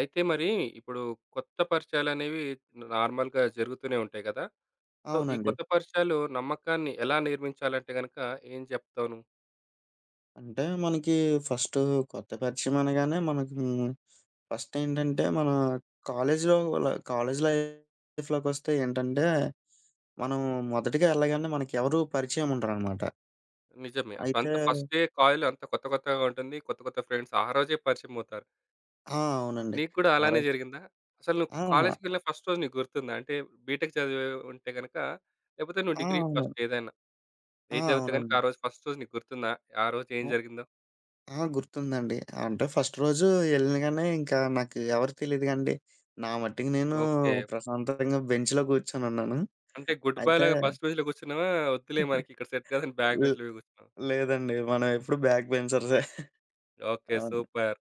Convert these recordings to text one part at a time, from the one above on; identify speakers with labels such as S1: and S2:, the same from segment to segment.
S1: అయితే మరి ఇప్పుడు కొత్త పరిచయాలనేవి నార్మల్‌గా జరుగుతూనే ఉంటాయి కదా! సో, ఈ
S2: అవునండి.
S1: కొత్త పరిచయాలు నమ్మకాన్ని ఎలా నిర్మించాలంటే గనక ఏం చెప్తావు నువ్వు?
S2: అంటే మనకి ఫస్టు కొత్త పరిచయం అనగానే మనకి. ఫస్టేంటంటే మన కాలేజీలో ల కాలేజీ లైఫ్‌లోకొస్తే ఏంటంటే, మనం మొదటిగా ఎళ్ళగానే మనకి ఎవరు పరిచయం ఉండరనమాట.
S1: నిజమే.
S2: అయితే
S1: అప్పుడంత ఫస్ట్ డే కాల్ అంత కొత్త కొత్తగా ఉంటుంది. కొత్త కొత్త ఫ్రెండ్స్ ఆ రోజే పరిచయమవుతారు.
S2: ఆ! అవునండి.
S1: నీకు కూడా
S2: ఆరో
S1: అలానే జరిగిందా? అసలు నువ్వు
S2: ఆ! నా
S1: కాలేజ్‌కెళ్ళిన ఫస్ట్ రోజు నీకు గుర్తుందా? అంటే బీటెక్ చదివి ఉంటే గనక లేకపోతే నువ్వు డిగ్రీ
S2: అవును.
S1: ఫస్ట్ ఏదైనా. ఏది చదివితే గనక
S2: అవునండి.
S1: ఆ రోజు ఫస్ట్ రోజు నీకు గుర్తుందా? ఆ రోజు ఏం
S2: ఆ!
S1: జరిగిందో?
S2: ఆ! గుర్తుందండి. అంటే ఫస్ట్ రోజు ఎళ్ళగానే ఇంకా నాకు ఎవరు తెలీదుగాండి. నా మట్టికి నేను
S1: ఓకే.
S2: ప్రశాంతంగా బెంచ్‌లో కూర్చొనున్నాను.
S1: అంటే గుడ్ బై
S2: అయితే
S1: లాగా ఫస్ట్ బెంచ్‌లో కూర్చున్నావా? వద్దులే మనకి ఇక్కడ సెట్ కాదని బ్యాక్ బెంచ్‌లో పోయి కూర్చున్నావా?
S2: లేదండి. మనం ఎప్పుడు బ్యాక్ బెంచర్సే.
S1: ఓకే.
S2: అవును.
S1: సూపర్.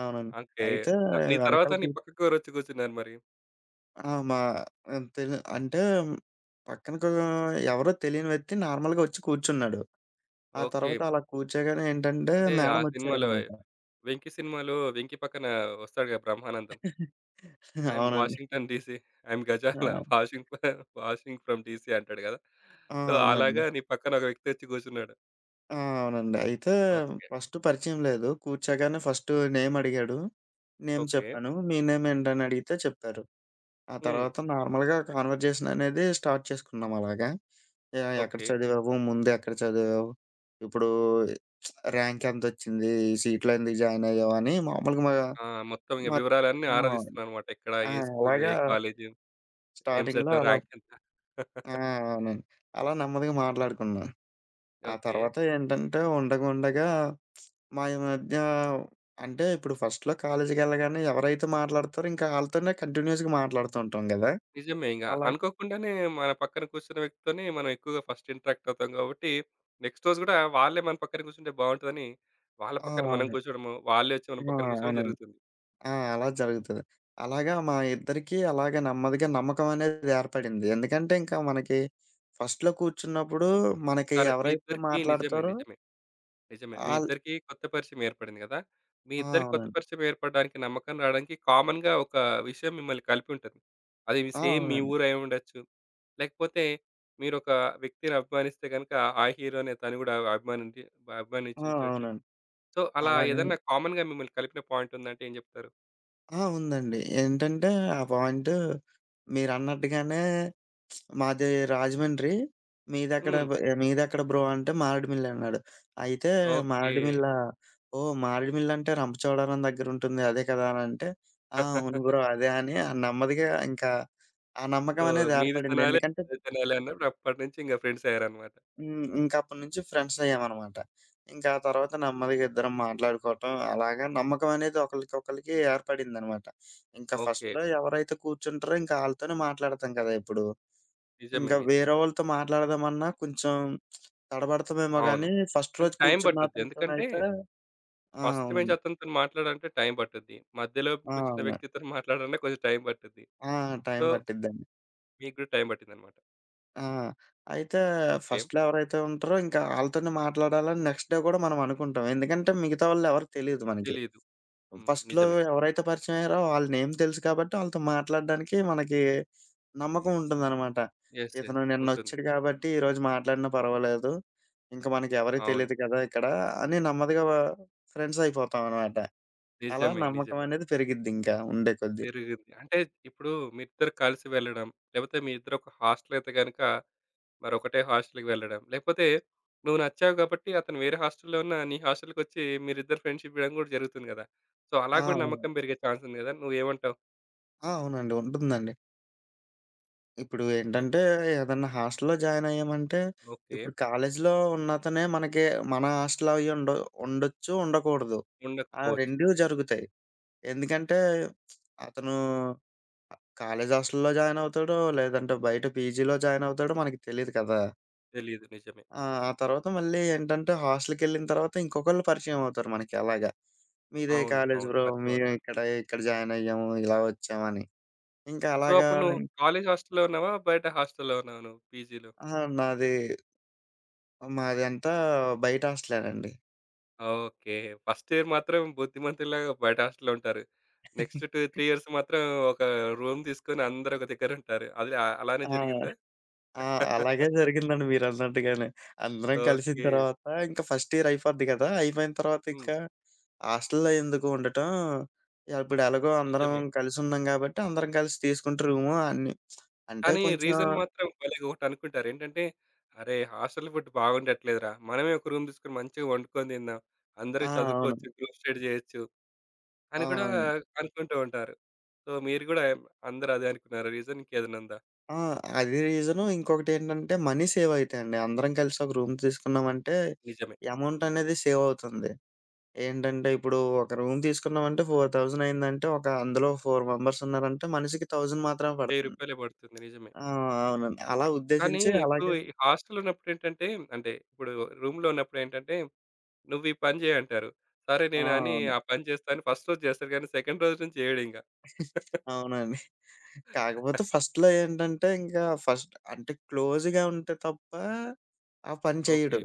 S2: అవునండి.
S1: ఓకే.
S2: అయితే
S1: నీ
S2: వెనకాల
S1: తర్వాత
S2: కూ
S1: నీ పక్కకి ఎవరొచ్చి కూర్చున్నారు మరి?
S2: ఆ! మా ఆహ్, తెలి అంటే పక్కన కూ ఎవరో తెలియని వ్యక్తి నార్మల్‌గా వచ్చి కూర్చున్నాడు. ఆ
S1: ఓకే.
S2: తర్వాత అలా కూర్చోగానే ఏంటంటే
S1: అంటే ఆ
S2: మేడమ్
S1: సినిమాలో
S2: వచ్చారనమాట.
S1: 'వెంకి' సినిమాలో 'వెంకి' పక్కన వస్తాడుగా 'బ్రహ్మానందం.' ఐ యామ్
S2: అవునండి.
S1: Washington DC. I am Gazala
S2: ఆ!
S1: వాషింగ్ వాషింగ్ ఫ్రమ్ డీసీ అంటాడు కదా!
S2: ఆ!
S1: సో,
S2: అవునండి.
S1: అలాగా నీ పక్కన ఒక వ్యక్తి వచ్చి కూర్చున్నాడు.
S2: అవునండి.
S1: ఓకే.
S2: ఫస్ట్ పరిచయం లేదు. కూర్చోగానే ఫస్ట్ నేమ్ అడిగాడు. Name
S1: okay.
S2: చెప్పాను. మీ నేమ్ ఏంటని అడిగితే చెప్పారు. ఆ
S1: హ్మ్.
S2: తర్వాత నార్మల్‌గా కాన్వర్జేషన్ అనేది స్టార్ట్ చేసుకున్నాం అలాగా. యాహ్! ఎక్కడ
S1: ఓకే.
S2: చదివావు? ముందెక్కడ చదివావు? ఇప్పుడు ర్యాంక్ ఎంతొచ్చింది? ఈ సీట్‌లో ఎందుకు జాయిన్ అయ్యావు? అని మామూలుగా మా
S1: ఆ! మొత్తం ఇగ
S2: మా
S1: వివరాలన్నీ
S2: ఆ!
S1: ఆరాధిస్తున్నావన్నమాట. ఎక్కడ?
S2: ఆ!
S1: ఏ స్కూలు?
S2: అలాగా
S1: ఏ కాలేజు?
S2: స్టార్టింగ్‌లో
S1: ఎంసెట్‌లో
S2: అలా
S1: ర్యాంక్ ఎంత?
S2: ఆ! అవునండి. అలా నెమ్మదిగా మాట్లాడుకున్నాం. ఆ
S1: ఓకే.
S2: తర్వాత ఏంటంటే ఉండగా ఉండగా మా ఈ మధ్య అంటే ఇప్పుడు ఫస్ట్‌లో కాలేజీకెళ్ళగానే ఎవరైతే మాట్లాడతారో ఇంకా ఆళ్ళతోనే కంటిన్యూయస్‌గా మాట్లాడుతూ ఉంటాం గదా!
S1: నిజమే ఇంగ.
S2: అలాగే
S1: అనుకోకుండానే మన పక్కన కూర్చున్న వ్యక్తితోనే మనం ఎక్కువగా ఫస్ట్ ఇంటరాక్ట్ అవుతాం కాబట్టి, నెక్స్ట్ రోజు గూడా వాళ్ళే మన పక్కన కూర్చుంటే బావుంటదని, వాళ్ళ
S2: ఆ!
S1: పక్కన మనం
S2: అవును.
S1: కూర్చోడము, వాళ్ళే వచ్చి మన
S2: ఆ!
S1: పక్కన కూర్చోడం
S2: అవునండి.
S1: జరుగుతుంది.
S2: అలా జరుగుతది. అలాగా మా ఇద్దరికీ అలాగే నెమ్మదిగా నమ్మకం అనేది ఏర్పడింది. ఎందుకంటే, ఇంకా మనకి ఫస్ట్‌లో కూర్చున్నప్పుడు మనకి
S1: సరే మీ
S2: ఎవరైతే
S1: ఇద్దరికీ నిజమే.
S2: మాట్లాడతారో
S1: నిజమే. నిజమే. మీ
S2: ఆళ్
S1: ఇద్దరికీ కొత్త పరిచయం ఏర్పడింది గదా! మీ ఇద్దరికి కొత్త
S2: అవునండి.
S1: పరిచయం ఏర్పడడానికి, నమ్మకం రావడానికి కామన్‌గా ఒక విషయం మిమ్మల్ని కలిపి ఉంటది. అది మీ సేమ్ మీ
S2: అవునండి.
S1: ఊరు అయ్యుండొచ్చు. లేకపోతే మీరొక వ్యక్తిని అభిమానిస్తే గనుక, ఆ హీరోనే తను గూడా అభిమానించుంచొచ్చు.
S2: అవునండి.
S1: సో, అలా
S2: అలాగే
S1: ఏదన్నా కామన్‌గా మిమ్మల్ని కలిపిన పాయింటుందంటే ఏం జెప్తారు?
S2: ఆ! ఉందండి. ఏంటంటే, ఆ పాయింట్ మీరన్నట్టుగానే మాది రాజమండ్రి.
S1: హ్మ్.
S2: మీదెక్కడ బ్రో అంటే మారేడుమిల్లి అన్నాడు. అయితే
S1: ఓకే.
S2: మారేడుమిల్ల ఓహ్! మారేడుమిల్లి అంటే రంపచోడవరం దగ్గరుంటుంది అదే కదా! అని అంటే, అవును బ్రో అదే అని ఆ నెమ్మదిగా ఇంకా ఆ నమ్మకం
S1: సో,
S2: అనేది
S1: మీది
S2: ఏర్పడింది.
S1: తినాలి,
S2: ఎందుకంటే
S1: అది తినాలి అన్నప్పుడు అప్పటినుంచి ఇంక ఫ్రెండ్స్ అయ్యారన్నమాట.
S2: ఇంకప్పటినుంచి ఫ్రెండ్స్ అయ్యామనమాట. ఇంకా ఆ తర్వాత నెమ్మదిగా ఇద్దరం మాట్లాడుకోవటం అలాగా నమ్మకం అనేది ఒకళ్ళకొకళ్ళకి ఏర్పడిందనమాట. ఇంకా
S1: ఓకే.
S2: ఫస్ట్‌లో ఎవరైతే కూర్చుంటారో ఇంకా ఆళ్ళతోనే మాట్లాడతాం కదా! ఎప్పుడు.
S1: నిజమే.
S2: ఇంకా
S1: నిజమే.
S2: వేరే వాళ్ళతో మాట్లాడదామన్నా కొంచెం తడబడతామేమో
S1: అవును.
S2: గానీ, ఫస్ట్
S1: అంటే
S2: రోజు
S1: టైం
S2: కూర్చున్న
S1: బట్టుద్ది. ఎందుకంటే
S2: అతనితోనైతే
S1: ఫస్ట్ బెంచ్
S2: అవునండి.
S1: అతనితోని మాట్లాడాలంటే టైం బట్టుద్ది. మధ్యలో కూర్చున్న
S2: అవును.
S1: వ్యక్తితోని మాట్లాడాలన్నా కొంచెం టైం బట్టుద్ది.
S2: ఆ! టైం
S1: సో,
S2: పట్టిద్దండి.
S1: మీకు గూడా టైం బట్టిందన్నమాట.
S2: ఆ! అయితే
S1: ఓకే.
S2: ఫస్ట్‌లో ఎవరైతే ఉంటారో ఇంకా ఆళ్ళతోనే మాట్లాడాలని నెక్స్ట్ డే గూడా మనం అనుకుంటాం. ఎందుకంటే మిగతా వాళ్ళెవరు తెలీదు మనకి.
S1: తెలీదు. హ్మ్.
S2: ఫస్ట్‌లో
S1: నిజమే.
S2: ఎవరైతే పరిచయమయ్యారో వాళ్ళ నేమ్ తెలుసు కాబట్టి వాళ్ళతో మాట్లాడడానికి మనకి నమ్మకం ఉంటుందనమాట.
S1: యెస్. యెస్.
S2: ఇతను
S1: ఉంటుంది.
S2: నిన్నొచ్చాడు కాబట్టి ఈరోజు మాట్లాడినా పర్వాలేదు. ఇంక మనకి ఎవరియి
S1: అవును.
S2: తెలీదు కదా ఇక్కడ అని నెమ్మదిగా ఫ్రెండ్స్ అయిపోతామనమాట. అలా
S1: నిజమే.
S2: నమ్మకం
S1: నిజమే.
S2: అనేది పెరిగిద్దింకా ఉండే కొద్దీ.
S1: పెరిగింది. అంటే ఇప్పుడు మీ ఇద్దరు కలిసి వెళ్ళడం, లేపోతే మీ ఇద్దరు ఒక హాస్టల్ అయితే గనక మరొకటే హాస్టల్‌కి వెళ్ళడం, లేకపోతే నువ్వు నచ్చావు కాబట్టి అతను వేరే హాస్టల్‌లో ఉన్న నీ హాస్టల్‌కొచ్చి మీరిద్దరు ఫ్రెండ్‌షిప్ చేయడం గూడా జరుగుతుంది గదా! సో, అలా గూడా
S2: అవును.
S1: నమ్మకం పెరిగే ఛాన్స్ ఉంది గదా! నువ్వేమంటావు?
S2: అవునండి. ఉంటుందండి. ఇప్పుడు
S1: సో
S2: ఏంటంటే ఏదన్నా హాస్టల్‌లో జాయిన్ అయ్యామంటే
S1: ఓకే.
S2: ఇప్పుడు కాలేజీలో ఉన్నతనే మనకి మన హాస్టల్ అయ్యి ఉండ ఉండొచ్చు, ఉండకూడదు. ఆ
S1: ఉండకపోవచ్చు.
S2: 2 జరుగుతాయి. ఎందుకంటే అతను కాలేజ్ హాస్టల్‌లో జాయిన్ అవుతాడో, లేదంటే బయట పీజీలో జాయిన్ అవుతాడో మనకి తెలీదు కదా!
S1: తెలీదు. నిజమే.
S2: ఆ తర్వాత మళ్ళీ ఏంటంటే హాస్టల్‌కెళ్ళిన తర్వాత ఇంకొకళ్ళు పరిచయం అవుతారు మనకి అలాగా. "మీదే
S1: అవును.
S2: కాలేజ్
S1: అవును.
S2: బ్రో.
S1: పరిచయం
S2: మేము
S1: అవుతారు.
S2: ఇక్కడ, ఇక్కడ జాయిన్ అయ్యాము. ఇలా వచ్చామని." ఇంకా
S1: సో,
S2: అలాగా
S1: అప్పుడు నువ్వు కాలేజ్ హాస్టల్‌లో ఉన్నావా? బయట హాస్టల్‌లో ఉన్నావా నువ్వు పీజీలో?
S2: అహా! నాది మాది అంతా బయట హాస్టలేనండి.
S1: ఓకే. ఫస్ట్ ఇయర్ మాత్రం బుద్ధిమంతుల్లాగా బయట హాస్టల్‌లో ఉంటారు. నెక్స్ట్ 2, 3 ఇయర్స్ మాత్రం ఒక రూమ్ తీసుకొని అందరూ ఒక దగ్గర ఉంటారు. అది అలానే
S2: ఆ!
S1: జరిగిందా?
S2: ఆ! అలాగే జరిగిందండి మీరన్నట్టుగానే. అందరం కలిసిన
S1: ఓకే.
S2: తర్వాత ఇంక ఫస్ట్ ఇయర్ అయిపోద్ది కదా! అయిపోయిన తర్వాత
S1: హ్మ్.
S2: ఇంకా హాస్టల్‌లో ఎందుకు ఉండటం, ఇప్పుడు ఎలాగో అందరం
S1: నిజమే.
S2: కలిసున్నాం కాబట్టి అందరం కలిసి తీసుకుంటే రూము అన్నీ. అంటే
S1: కానీ
S2: కొంచెం
S1: రీజన్ మాత్రం భలే ఒకటనుకుంటారు. ఏంటంటే, "అరే! హాస్టల్ ఫుడ్ బాగుండట్లేదురా. మనమే ఒక రూమ్ తీసుకొని మంచిగా వండుకొని తిందాం.
S2: ఆ!
S1: అందరూ
S2: అవును.
S1: చదువుకోవచ్చు, గ్రూప్ స్టడీ చేయొచ్చు" అని కూడా
S2: అవునవును.
S1: అనుకుంటూ ఉంటారు. సో, మీరు కూడా అందరూ అదే అనుకున్నారా రీజన్ ఇంకేదైనా ఉందా?
S2: ఆ! అది రీజను. ఇంకొకటేంటంటే మనీ సేవ్ అయితాయండి. అందరం కలిసి ఒక రూమ్ తీసుకున్నామంటే
S1: నిజమే.
S2: అమౌంట్ అనేది సేవ్ అవుతుంది. ఏంటంటే ఇప్పుడు ఒక రూమ్ తీసుకున్నామంటే 4,000 అయిందంటే ఒక అందులో 4 మెంబర్స్ ఉన్నారంటే మనిషికి 1,000 మాత్రమే
S1: రూ.
S2: పడుతుంది.
S1: 1000 పడుతుంది. నిజమే.
S2: ఆ! అవునండి. అలా
S1: కానీ
S2: ఉద్దేశించి
S1: ఇప్పుడు
S2: అలాగే
S1: ఈ హాస్టల్‌లో ఉన్నప్పుడేంటంటే, అంటే ఇప్పుడు రూమ్‌లో ఉన్నప్పుడేంటంటే, "నువ్వు ఈ పని చేయి" అంటారు. సరే
S2: ఆ!
S1: నేను అని
S2: అవును.
S1: ఆ పని చేస్తాను. ఫస్ట్ రోజు చేస్తాడు కానీ సెకండ్ రోజు నుంచి చేయడింక.
S2: అవునండి. కాకపోతే ఫస్ట్‌లో ఏంటంటే ఇంకా ఫస్ట్ అంటే క్లోజ్‌గా ఉంటే తప్ప ఆ పని చేయడు.
S1: ఓకే.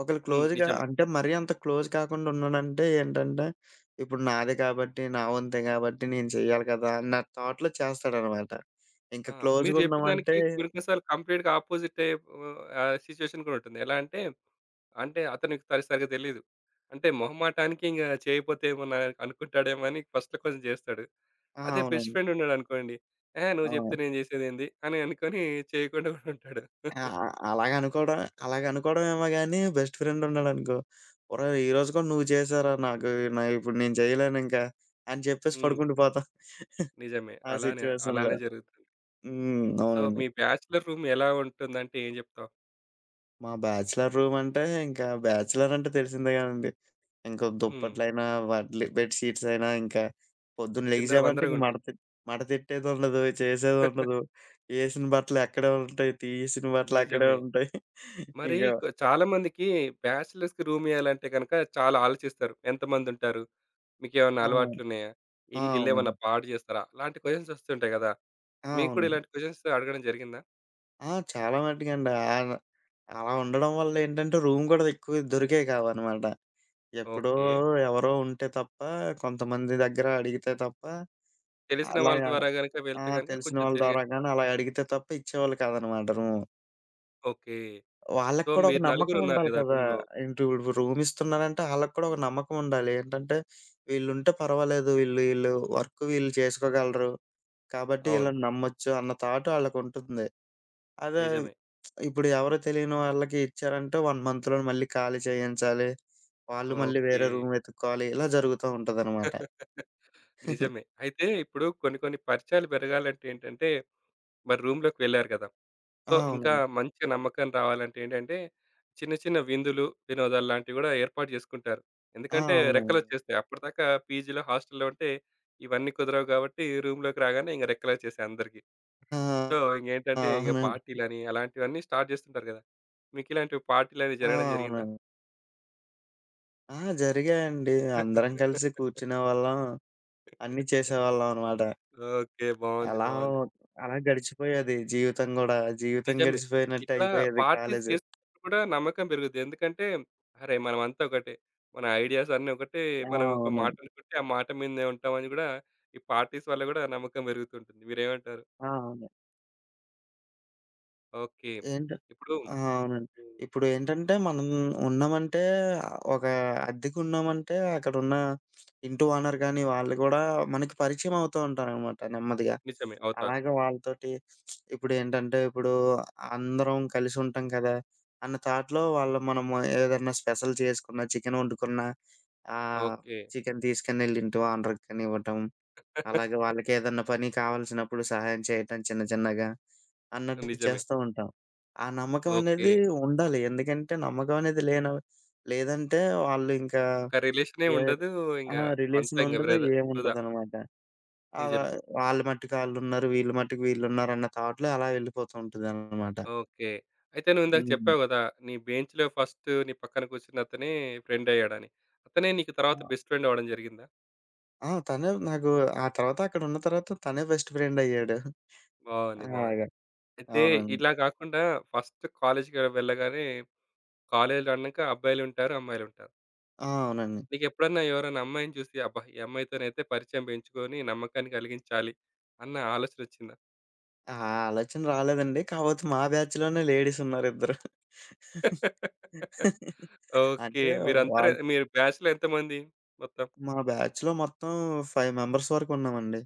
S2: ఒకళ్ళు
S1: హ్మ్.
S2: క్లోజ్‌గా
S1: నిజమే.
S2: అంటే మరీ అంత క్లోజ్ కాకుండా ఉన్నాడంటే ఏంటంటే, ఇప్పుడు నాది కాబట్టి, నా వంతే కాబట్టి నేను చెయ్యాలి కదా! అన్న థాట్‌లో చేస్తాడనమాట. ఇంకా
S1: ఆ! మీరు
S2: క్లోజ్‌గా
S1: చెప్పిన
S2: ఉన్నామంటే
S1: దానికి కొన్ని కొన్ని సార్లు కంప్లీట్‌గా అపోజిటే ఆహ్, సిట్యుయేషన్ కూడా ఉంటుంది. ఎలా అంటే, అంటే అతనికి సరిగ్గా తెలీదు. అంటే మొహమాటానికి ఇంక చేయకపోతే ఏమన్నా అనుకుంటాడేమో అని ఫస్ట్‌లో కొంచెం చేస్తాడు. అదే బెస్ట్
S2: అవునండి.
S1: ఫ్రెండ్ ఉన్నాడనుకోండి, "ఏహ్! నువ్వు చెప్తే
S2: ఆ!
S1: నేను చేసేదేంది" అని అనుకోని చేయకుండా కూడా ఉంటాడు.
S2: ఆ! ఆ! అలాగ అనుకోవడం ఏమో గాని బెస్ట్ ఫ్రెండ్ ఉన్నాడనుకో, "ఒరేయ్! ఈరోజు కూడా నువ్వు చేశారా నాకు ఇప్పుడు నేను చేయలేనింక" అని చెప్పేసి
S1: హ్మ్.
S2: పడుకుంటూ పోతాం.
S1: నిజమే.
S2: ఆ
S1: అలానే,
S2: సిట్యుయేషన్‌లో.
S1: అలానే జరుగుతుంది.
S2: హ్మ్.
S1: సో,
S2: అవునండి.
S1: మీ బ్యాచ్‌లర్ రూమ్ ఎలా ఉంటుందంటే ఏం జెప్తావు?
S2: మా బ్యాచిలర్ రూమ్ అంటే ఇంకా బ్యాచిలర్ అంటే తెలిసిందే కదండీ. ఇంకా
S1: హ్మ్.
S2: దుప్పట్లైనా, వాటిలి బెడ్ షీట్స్ అయినా ఇంకా పొద్దున్న లెగిసామంటే ఇంక
S1: చిందరవందరగుంటాయి.
S2: మడత మడతెట్టేదుండదు, చేసేదుండదు. ఏసిన బట్టలు అక్కడే ఉంటాయి, తీసిన బట్టలు అక్కడే
S1: నిజమే.
S2: ఉంటాయి.
S1: మరి
S2: ఇంకా
S1: చాలా మందికి బ్యాచ్‌లర్స్‌కి రూమ్ ఇయ్యాలంటే గనక చాలా ఆలోచిస్తారు. ఎంతమందుంటారు? మీకేమన్నా
S2: ఆ!
S1: అలవాట్లున్నాయా?
S2: ఆ!
S1: ఇల్
S2: అవునండి.
S1: ఇల్లేమన్నా పాడు జేస్తారా? అలాంటి క్వెషన్స్ వస్తుంటాయి గదా! మీకు కూడా
S2: అవునండి.
S1: ఇలాంటి క్వెషన్స్ అడగడం జరిగిందా?
S2: చాలా మట్టుకండి. ఆన అలా ఉండడం వల్ల ఏంటంటే, రూమ్ గూడా ఎక్కువ దొరికేవి కావనమాట. ఎప్పుడో
S1: ఓకే.
S2: ఎవరో ఉంటే తప్ప, కొంతమంది దగ్గర అడిగితే తప్ప,
S1: తెలిసిన వాళ్ళ
S2: అలాగా
S1: ద్వారా గనక
S2: ఆ!
S1: వెళ్తే గనక
S2: తెలిసిన
S1: కొంచెం
S2: వాళ్ళ
S1: తిరిగే
S2: ద్వారా గాని అలా అడిగితే తప్ప ఇచ్చేవాళ్ళు కాదనమాట రూము.
S1: ఓకే. సో,
S2: వాళ్ళకి కూడా ఒక
S1: మీరు
S2: నమ్మకం
S1: నలుగురున్నారు
S2: ఉండాలి
S1: గదా
S2: కదా!
S1: రూమ్‌లో.
S2: ఏంటి ఇప్పుడు రూమ్ ఇస్తున్నారంటే ఆళ్ళకి కూడా ఒక నమ్మకం ఉండాలి. ఏంటంటే, వీళ్ళుంటే పర్వాలేదు. వీళ్ళు ఈళ్ళు వర్క్ వీళ్ళు చేసుకోగలరు. కాబట్టి
S1: అవును.
S2: ఈళ్ళని నమ్మొచ్చు అన్న థాట్ ఆళ్ళకుంటుంది. అదే
S1: నిజమే.
S2: ఇప్పుడు ఎవరో తెలియని వాళ్ళకి ఇచ్చారంటే 1 మంత్‌లోనే మళ్ళీ ఖాళీ చేయించాలి. వాళ్ళు మళ్ళీ
S1: ఓకే.
S2: వేరే రూమ్ వెతుక్కోవాలి. ఇలా జరుగుతా ఉంటదనమాట.
S1: నిజమే. అయితే ఇప్పుడు కొన్ని కొన్ని పరిచయాలు పెరగాలంటే ఏంటంటే, మరి రూమ్‌లోకి వెళ్లారు కదా! సో, ఇంకా
S2: అవునండి.
S1: మంచి నమ్మకం రావాలంటే ఏంటంటే, చిన్న చిన్న విందులు, వినోదాలు లాంటివి గూడా ఏర్పాటు జేసుకుంటారు. ఎందుకంటే
S2: అవునండి.
S1: రెక్కలొచ్చేస్తాయి. అప్పటిదాకా పీజీలో, హాస్టల్‌లో ఉంటే ఇవన్నీ కుదరవు గాబట్టి రూమ్‌లోకి రాగానే ఇంక రెక్కలొచ్చేసాయి అందరికీ.
S2: ఆ!
S1: సో,
S2: ఆ!
S1: ఇంగేంటంటే ఇంక
S2: అవునండి.
S1: పార్టీలని అలాంటివన్నీ స్టార్ట్ జేస్తుంటారు గదా! మీకిలాంటి పార్టీలనేవి
S2: ఆ!
S1: జరగడం జరిగిందా?
S2: అవునండి. ఆ! జరిగాయండి. అందరం కలిసి కూర్చునేవాళ్ళం. అన్నీ చేసేవాళ్ళం అనమాట.
S1: ఓకే. బావుంది.
S2: అలా
S1: బావుంది.
S2: అలా గడిచిపోయేది జీవితం గూడా. జీవితం
S1: నిజమే.
S2: గడిచిపోయినట్టు
S1: ఇట్లా
S2: అయిపోయేది
S1: పార్టీస్
S2: కాలేజు.
S1: చేస్తున్నప్పుడు కూడా నమ్మకం పెరుగుద్ది. ఎందుకంటే, అరే! మనమంతా ఒకటే. మన ఐడియాస్ అన్నీ ఒకటే.
S2: ఆ!
S1: మనం ఒక మాట
S2: అవునండి.
S1: అనుకుంటే, ఆ మాట మీదనే ఉంటామని గూడా ఈ పార్టీస్ వల్ల గూడా నమ్మకం పెరుగుతుంటుంది. మీరేమంటారు?
S2: అవును.
S1: ఓకే.
S2: ఏంట
S1: ఇప్పుడు హ్మ్.
S2: అవునండి. ఇప్పుడు ఏంటంటే మనం ఉన్నామంటే ఒక అద్దెకున్నామంటే అక్కడున్న ఇంటి ఓనర్ గాని, వాళ్ళు గూడా మనకి పరిచయం అవుతూ ఉంటారనమాట నెమ్మదిగా.
S1: నిజమే. అవుతారు.
S2: అలాగే వాళ్ళతోటి ఇప్పుడు అందరం కలిసి ఉంటాం కదా! అన్న థాట్‌లో వాళ్ళు మనము ఏదన్నా స్పెషల్ చేసుకున్నా, చికెన్ వండుకున్నా ఆహ్,
S1: ఓకే.
S2: చికెన్ తీసుకెళ్ళి ఇంటి ఓనర్‌కి కానివ్వటం. అలాగే వాళ్ళకేదన్నా పని కావాల్సినప్పుడు సహాయం చేయటం చిన్న చిన్నగా అన్నట్టు
S1: నిజమే.
S2: చేస్తూ ఉంటాం. ఆ నమ్మకం
S1: ఓకే.
S2: అనేది ఉండాలి. ఎందుకంటే నమ్మకం అనేది లేన లేదంటే వాళ్ళు ఇంకా
S1: ఒక రిలేషనే
S2: ఏ
S1: ఉండదు. ఇంగ
S2: ఆ!
S1: అంతా
S2: రిలేషన్
S1: ఇంగ
S2: ఉండదు.
S1: వృధా.
S2: ఏముండదనమాట. అలా
S1: నిజమే.
S2: వాళ్ళ మట్టుకు ఆళ్ళున్నారు. వీళ్ళ మట్టుకు వీళ్ళున్నారన్న థాట్‌లో అలా వెళ్ళిపోతూ ఉంటదనమాట.
S1: ఓకే. అయితే నువ్విందాక
S2: హ్మ్.
S1: చెప్పావు గదా! నీ బెంచ్‌లో ఫస్ట్ నీ పక్కన కూర్చున్న అతనే ఫ్రెండ్ అయ్యాడని. అతనే నీకు
S2: ఆ!
S1: తర్వాత బెస్ట్ ఫ్రెండ్ అవ్వడం జరిగిందా?
S2: ఆ! తనే నాకు ఆ తర్వాత అక్కడున్న తర్వాత తనే బెస్ట్ ఫ్రెండ్ అయ్యాడు.
S1: బావుంది. బావుంది.
S2: అలాగా.
S1: అయితే
S2: అవునండి.
S1: ఇలా గాకుండా ఫస్ట్ కాలేజ్‌కి వెళ్ళగానే కాలేజ్‌లో అన్నాక అబ్బాయిలుంటారు, అమ్మాయిలుంటారు.
S2: అవునండి.
S1: నీకెప్పుడన్నా ఎవరైనా అమ్మాయిని చూసి అబ్బా! ఈ అమ్మాయితోనైతే పరిచయం పెంచుకొని నమ్మకాన్ని కలిగించాలి అన్న ఆలోచనొచ్చిందా?
S2: ఆ ఆలోచన రాలేదండి. కాపోతే మా బ్యాచ్‌లోనే లేడీసున్నారు ఇద్దరు.
S1: ఓకే.
S2: అంటే
S1: మీరందరూ
S2: వాళ్ళు
S1: మీరు బ్యాచ్‌లో ఎంతమంది మొత్తం?
S2: మా బ్యాచ్‌లో మొత్తం 5 మెంబర్స్ వరకు ఉన్నామండి.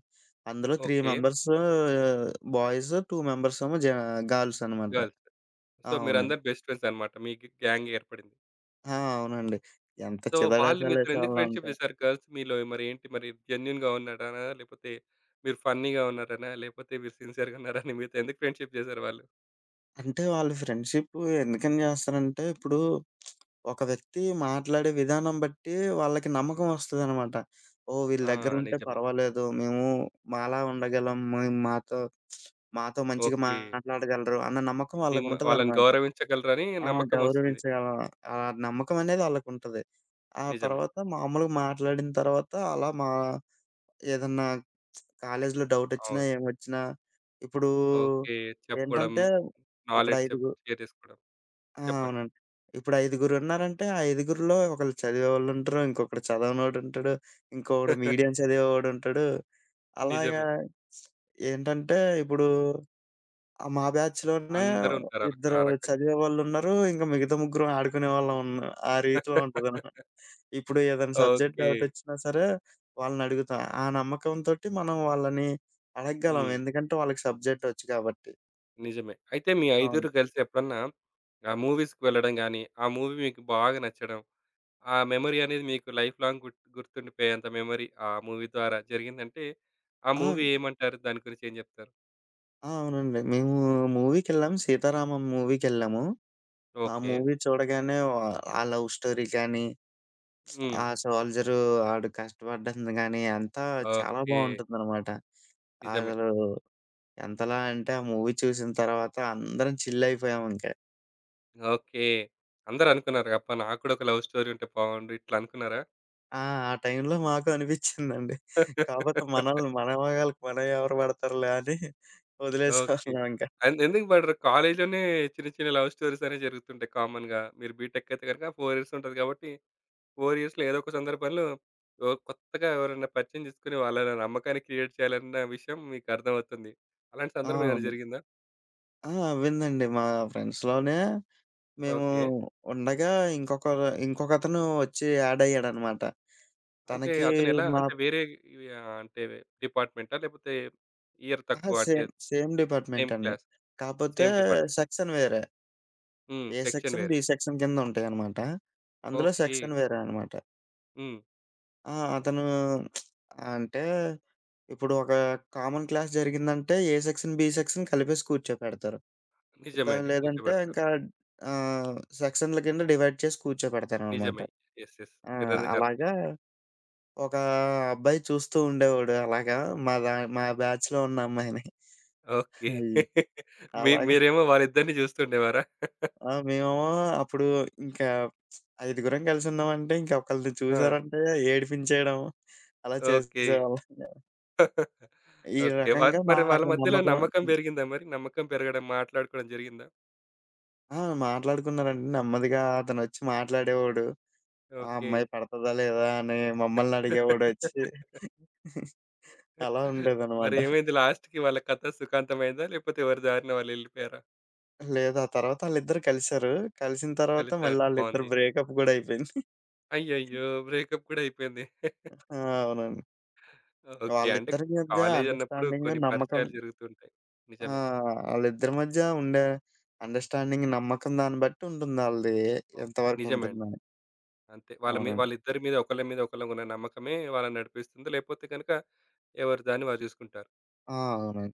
S2: అందులో 3
S1: ఓకే.
S2: మెంబర్స్ బాయ్స్, 2 మెంబర్స్ ఏమో జ గర్ల్స్ అనమాట.
S1: గర్ల్స్. సో,
S2: అవునండి.
S1: మీరందరూ బెస్ట్ ఫ్రెండ్స్ అన్నమాట. మీ గ్యాంగ్ ఏర్పడింది.
S2: అవునండి. ఎంత
S1: సో, వాళ్ళు మీతో ఎందుకు ఫ్రెండ్‌షిప్
S2: చిదడాషాలేసేవాళ్ళంటే
S1: చేశారు గర్ల్స్ మీలో మరి ఏంటి మరి జెన్యూన్‌గా ఉన్నారనా? లేకపోతే మీరు ఫన్నీగా ఉన్నారనా? లేకపోతే మీరు సిన్సియర్‌గా ఉన్నారని మీతో ఎందుకు ఫ్రెండ్‌షిప్ చేశారు వాళ్ళు?
S2: అంటే వాళ్ళు ఫ్రెండ్‌షిప్ ఎందుకని జేస్తారంటే, ఇప్పుడు ఒక వ్యక్తి మాట్లాడే విధానం బట్టి వాళ్ళకి నమ్మకం ఒస్తదనమాట. ఓహ్! వీళ్ళ
S1: ఆ!
S2: దగ్గరుంటే
S1: నిజమే.
S2: పర్వాలేదు. మేము మాలా ఉండగలం. మేము మాతో మాతో మంచిగా
S1: ఓకే.
S2: మాట్లాడగలరు అన్న నమ్మకం
S1: మిమ్మ వాళ్ళని
S2: వాళ్ళకుంటదనమాట.
S1: గౌరవించగలరని
S2: ఆ!
S1: నమ్మకం వస్తుంది.
S2: గౌరవించగలం. ఆ నమ్మకం అనేది ఆళ్ళకుంటది. ఆ
S1: నిజమే.
S2: తర్వాత మామూలుగా మాట్లాడిన తర్వాత అలా మా ఏదన్నా కాలేజీలో డౌటొచ్చినా,
S1: అవును.
S2: ఏమొచ్చినా ఇప్పుడు
S1: ఓకే. చెప్పడం,
S2: ఏంటంటే ఇప్పుడు
S1: నాలెడ్జ్
S2: ఐదుగు
S1: షేర్ చేసుకోవడం. చెప్పండి.
S2: అవునండి. ఇప్పుడు ఐదుగురున్నారంటే, ఆ ఐదుగురిలో ఒకళ్ళు చదివేవాళ్ళుంటరు, ఇంకొకడు చదవనోడుంటడు, ఇంకొకడు మీడియం చదివేవాడుంటడు. అలాగా
S1: నిజమే.
S2: ఏంటంటే, ఇప్పుడు మా బ్యాచ్‌లోనే
S1: అందరూ ఉంటారు
S2: ఇద్దరు
S1: ఆ రకంగా.
S2: చదివేవాళ్ళున్నారు. ఇంక మిగతా ముగ్గురం ఆడుకునేవాళ్ళం ఉన్న ఆ రీతిలో ఉంటదనమాట. ఇప్పుడు ఏదైనా సబ్జెక్ట్
S1: ఓకే.
S2: డౌటొచ్చినా సరే వాళ్ళనడుగుతాం. ఆ నమ్మకంతోటి మనం వాళ్ళని అడగగలం.
S1: హ్మ్.
S2: ఎందుకంటే వాళ్ళకి సబ్జెక్టొచ్చు కాబట్టి.
S1: నిజమే. అయితే మీ
S2: అవును.
S1: ఐదుగురు కలిసి ఎప్పుడన్నా ఆ మూవీస్‌కి వెళ్ళడం గాని, ఆ మూవీ మీకు బాగా నచ్చడం, ఆ మెమరీ అనేది మీకు లైఫ్ లాంగ్ గుర్తుండిపోయేంత మెమరీ ఆ మూవీ ద్వారా జరిగిందంటే, ఆ
S2: ఆ!
S1: మూవీ ఏమంటారు? దాని గురించి ఏం జెప్తారు?
S2: ఆ! అవునండి. మేము మూవీకెళ్ళాం. 'సీతారామం' మూవీకెళ్ళాము. ఆ
S1: ఓకే.
S2: మూవీ చూడగానే వ ఆ లవ్ స్టోరీ కానీ,
S1: హ్మ్.
S2: ఆ సోల్జరు ఆడు కష్టపడ్డంది గానీ, అంతా చాలా
S1: ఓకే.
S2: బావుంటుందనమాట.
S1: నిజమే.
S2: అసలు ఎంతలా అంటే, ఆ మూవీ చూసిన తర్వాత అందరం చిల్లయిపోయాం ఇంక.
S1: ఓకే. అందరూ అనుకున్నారు. అబ్బా! నాకు కూడా ఒక లవ్ స్టోరీ ఉంటే బాగుండు ఇట్లా అనుకున్నారా?
S2: ఆ! ఆ టైంలో మాకు అనిపిచ్చిందండి. కాపోతే మన మగాళ్ళకి మనం ఎవరు పడతారులే అని
S1: ఓకే.
S2: వదిలేసేవాళ్ళం ఇంక.
S1: అండ్ ఎందుకు పడరు? కాలేజ్‌లోనే చిన్న చిన్న లవ్ స్టోరీస్ అనేవి జరుగుతుంటాయి కామన్‌గా. మీరు బీటెక్ అయితే గనుక 4 ఇయర్స్ ఉంటది కాబట్టి 4 ఇయర్స్‌లో ఏదో ఒక సందర్భంలో ఓ కొత్తగా ఎవరైనా పరిచయం చేసుకొని వాళ్ళ నమ్మకాన్ని క్రియేట్ చేయాలన్న విషయం మీకు అర్థమవుతుంది. అలాంటి సందర్భం ఏమైనా
S2: అవును.
S1: జరిగిందా?
S2: అవ్విందండి. మా ఫ్రెండ్స్‌లోనే మేము
S1: ఓకే.
S2: ఉండగా ఇంకొకతను వచ్చి యాడ్ అయ్యాడనమాట.
S1: అంటే
S2: తనకి
S1: అతను ఎలా
S2: మా
S1: అంటే వేరే ఇవి ఆహ్, అంటే డిపార్ట్‌మెంటా? లేకపోతే ఇయర్
S2: అహా!
S1: తక్కువ అంటే
S2: సేమ్ డిపార్ట్‌మెంట్
S1: సేమ్
S2: అండి.
S1: క్లాస్,
S2: కాపోతే
S1: సేమ్ డిపార్ట్‌మెంట్.
S2: సెక్షన్ వేరే.
S1: హ్మ్.
S2: ఏ
S1: సెక్షన్
S2: సెక్షన్, బి
S1: వేరే.
S2: సెక్షన్ కింద ఉంటాయనమాట. అందులో
S1: ఓకే.
S2: సెక్షన్ వేరే అనమాట.
S1: హ్మ్.
S2: ఆ! అతను అంటే ఇప్పుడు ఒక కామన్ క్లాస్ జరిగిందంటే ఏ సెక్షన్, బి సెక్షన్ కలిపేసి కూర్చోపెడతారు.
S1: నిజమే అండి.
S2: లేదంటే
S1: కూర్చోబెడతారు.
S2: ఇంకా సెక్షన్‌ల కింద డివైడ్ చేసి కూర్చోపెడతారనమాట.
S1: నిజమే. యెస్. యెస్.
S2: ఆ!
S1: మీరన్నది కరెక్టే.
S2: అలాగా ఒక అబ్బాయి చూస్తూ ఉండేవాడు అలాగా. మా బ్యాచ్‌లో ఉన్న అమ్మాయిని.
S1: ఓకే.
S2: అయ్యో! అలాగా
S1: మీరేమో వాళ్ళిద్దరిని చూస్తుండేవారా?
S2: మేమేమో అప్పుడు ఇంకా ఐదుగురం కలిసున్నామంటే ఇంక ఒకళ్ళని
S1: ఆ!
S2: చూసారంటే ఏడిపించేయడం అలా
S1: ఓకే.
S2: చేసేవాళ్ళం. ఈ
S1: ఓకే.
S2: రకంగా
S1: మరి వాళ్ళ
S2: మాకు
S1: మధ్యలో
S2: నమ్మకం.
S1: నమ్మకం పెరిగిందా మరి? నమ్మకం పెరగడం, మాట్లాడుకోవడం జరిగిందా?
S2: ఆ! మాట్లాడుకున్నారండి. నెమ్మదిగా అతనొచ్చి మాట్లాడేవాడు. ఆ
S1: ఓకే.
S2: అమ్మాయి పడతదా లేదా అని మమ్మల్ని అడిగేవాడొచ్చి. అలా
S1: మరి
S2: ఉండేదనమాట.
S1: ఏమైంది లాస్ట్‌కి వాళ్ళ కథ సుఖాంతమైందా? లేకపోతే ఎవరి దారిన వాళ్ళు ఎళ్ళిపోయారా?
S2: లేదు ఆ తర్వాత ఆళ్ళిద్దరూ కలిసారు. కలిసిన తర్వాత
S1: కలిసారు.
S2: మళ్ళీ ఆళ్ళిద్దరు
S1: బావుంది.
S2: బ్రేకప్ గూడా అయిపోయింది.
S1: అయ్యయ్యో! బ్రేకప్ కూడా అయిపోయింది.
S2: ఆ! అవునండి.
S1: ఓకే. అంటే
S2: వాళ్ళిద్దరి మధ్య
S1: కాలేజ్ అన్నప్పుడు
S2: అండర్‌స్టాండింగ్,
S1: కొన్ని
S2: నమ్మకం.
S1: పరిచయాలు జరుగుతుంటాయి.
S2: ఆ!
S1: నిజమే.
S2: ఆళ్ళిద్దరి మధ్య ఉండే అండర్‌స్టాండింగ్, నమ్మకం దాన్ని బట్టి ఉంటుంది ఆళ్ళది
S1: ఓహ్!
S2: ఎంతవరకు
S1: నిజమే అండి.
S2: ఉంటుందని.
S1: అంతే. వాళ్ళ మీ
S2: అవునండి.
S1: వాళ్ళిద్దరి మీద ఒకళ్ళ మీద ఒకళ్ళకున్న నమ్మకమే వాళ్ళని నడిపిస్తుంది. లేకపోతే గనుక ఎవరి దాన్ని వారు చూసుకుంటారు.
S2: ఆ! అవునండి.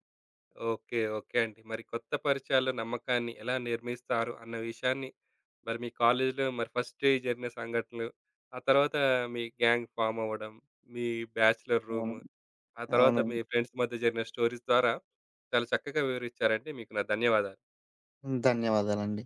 S1: ఓకే. ఓకే అండి. మరి కొత్త పరిచయాల్లో నమ్మకాన్ని ఎలా నిర్మిస్తారు అన్న విషయాన్ని మరి మీ కాలేజీలో మరి ఫస్ట్ జరిగిన సంఘటనలు, ఆ తర్వాత మీ గ్యాంగ్ ఫార్మ్ అవ్వడం, మీ బ్యాచ్‌లర్ రూమ్,
S2: అవును.
S1: ఆ తర్వాత
S2: అవునండి.
S1: మీ ఫ్రెండ్స్ మధ్య జరిగిన స్టోరీస్ ద్వారా చాలా చక్కగా వివరించారండి. మీకు నా ధన్యవాదాలు.
S2: ధన్యవాదాలండి.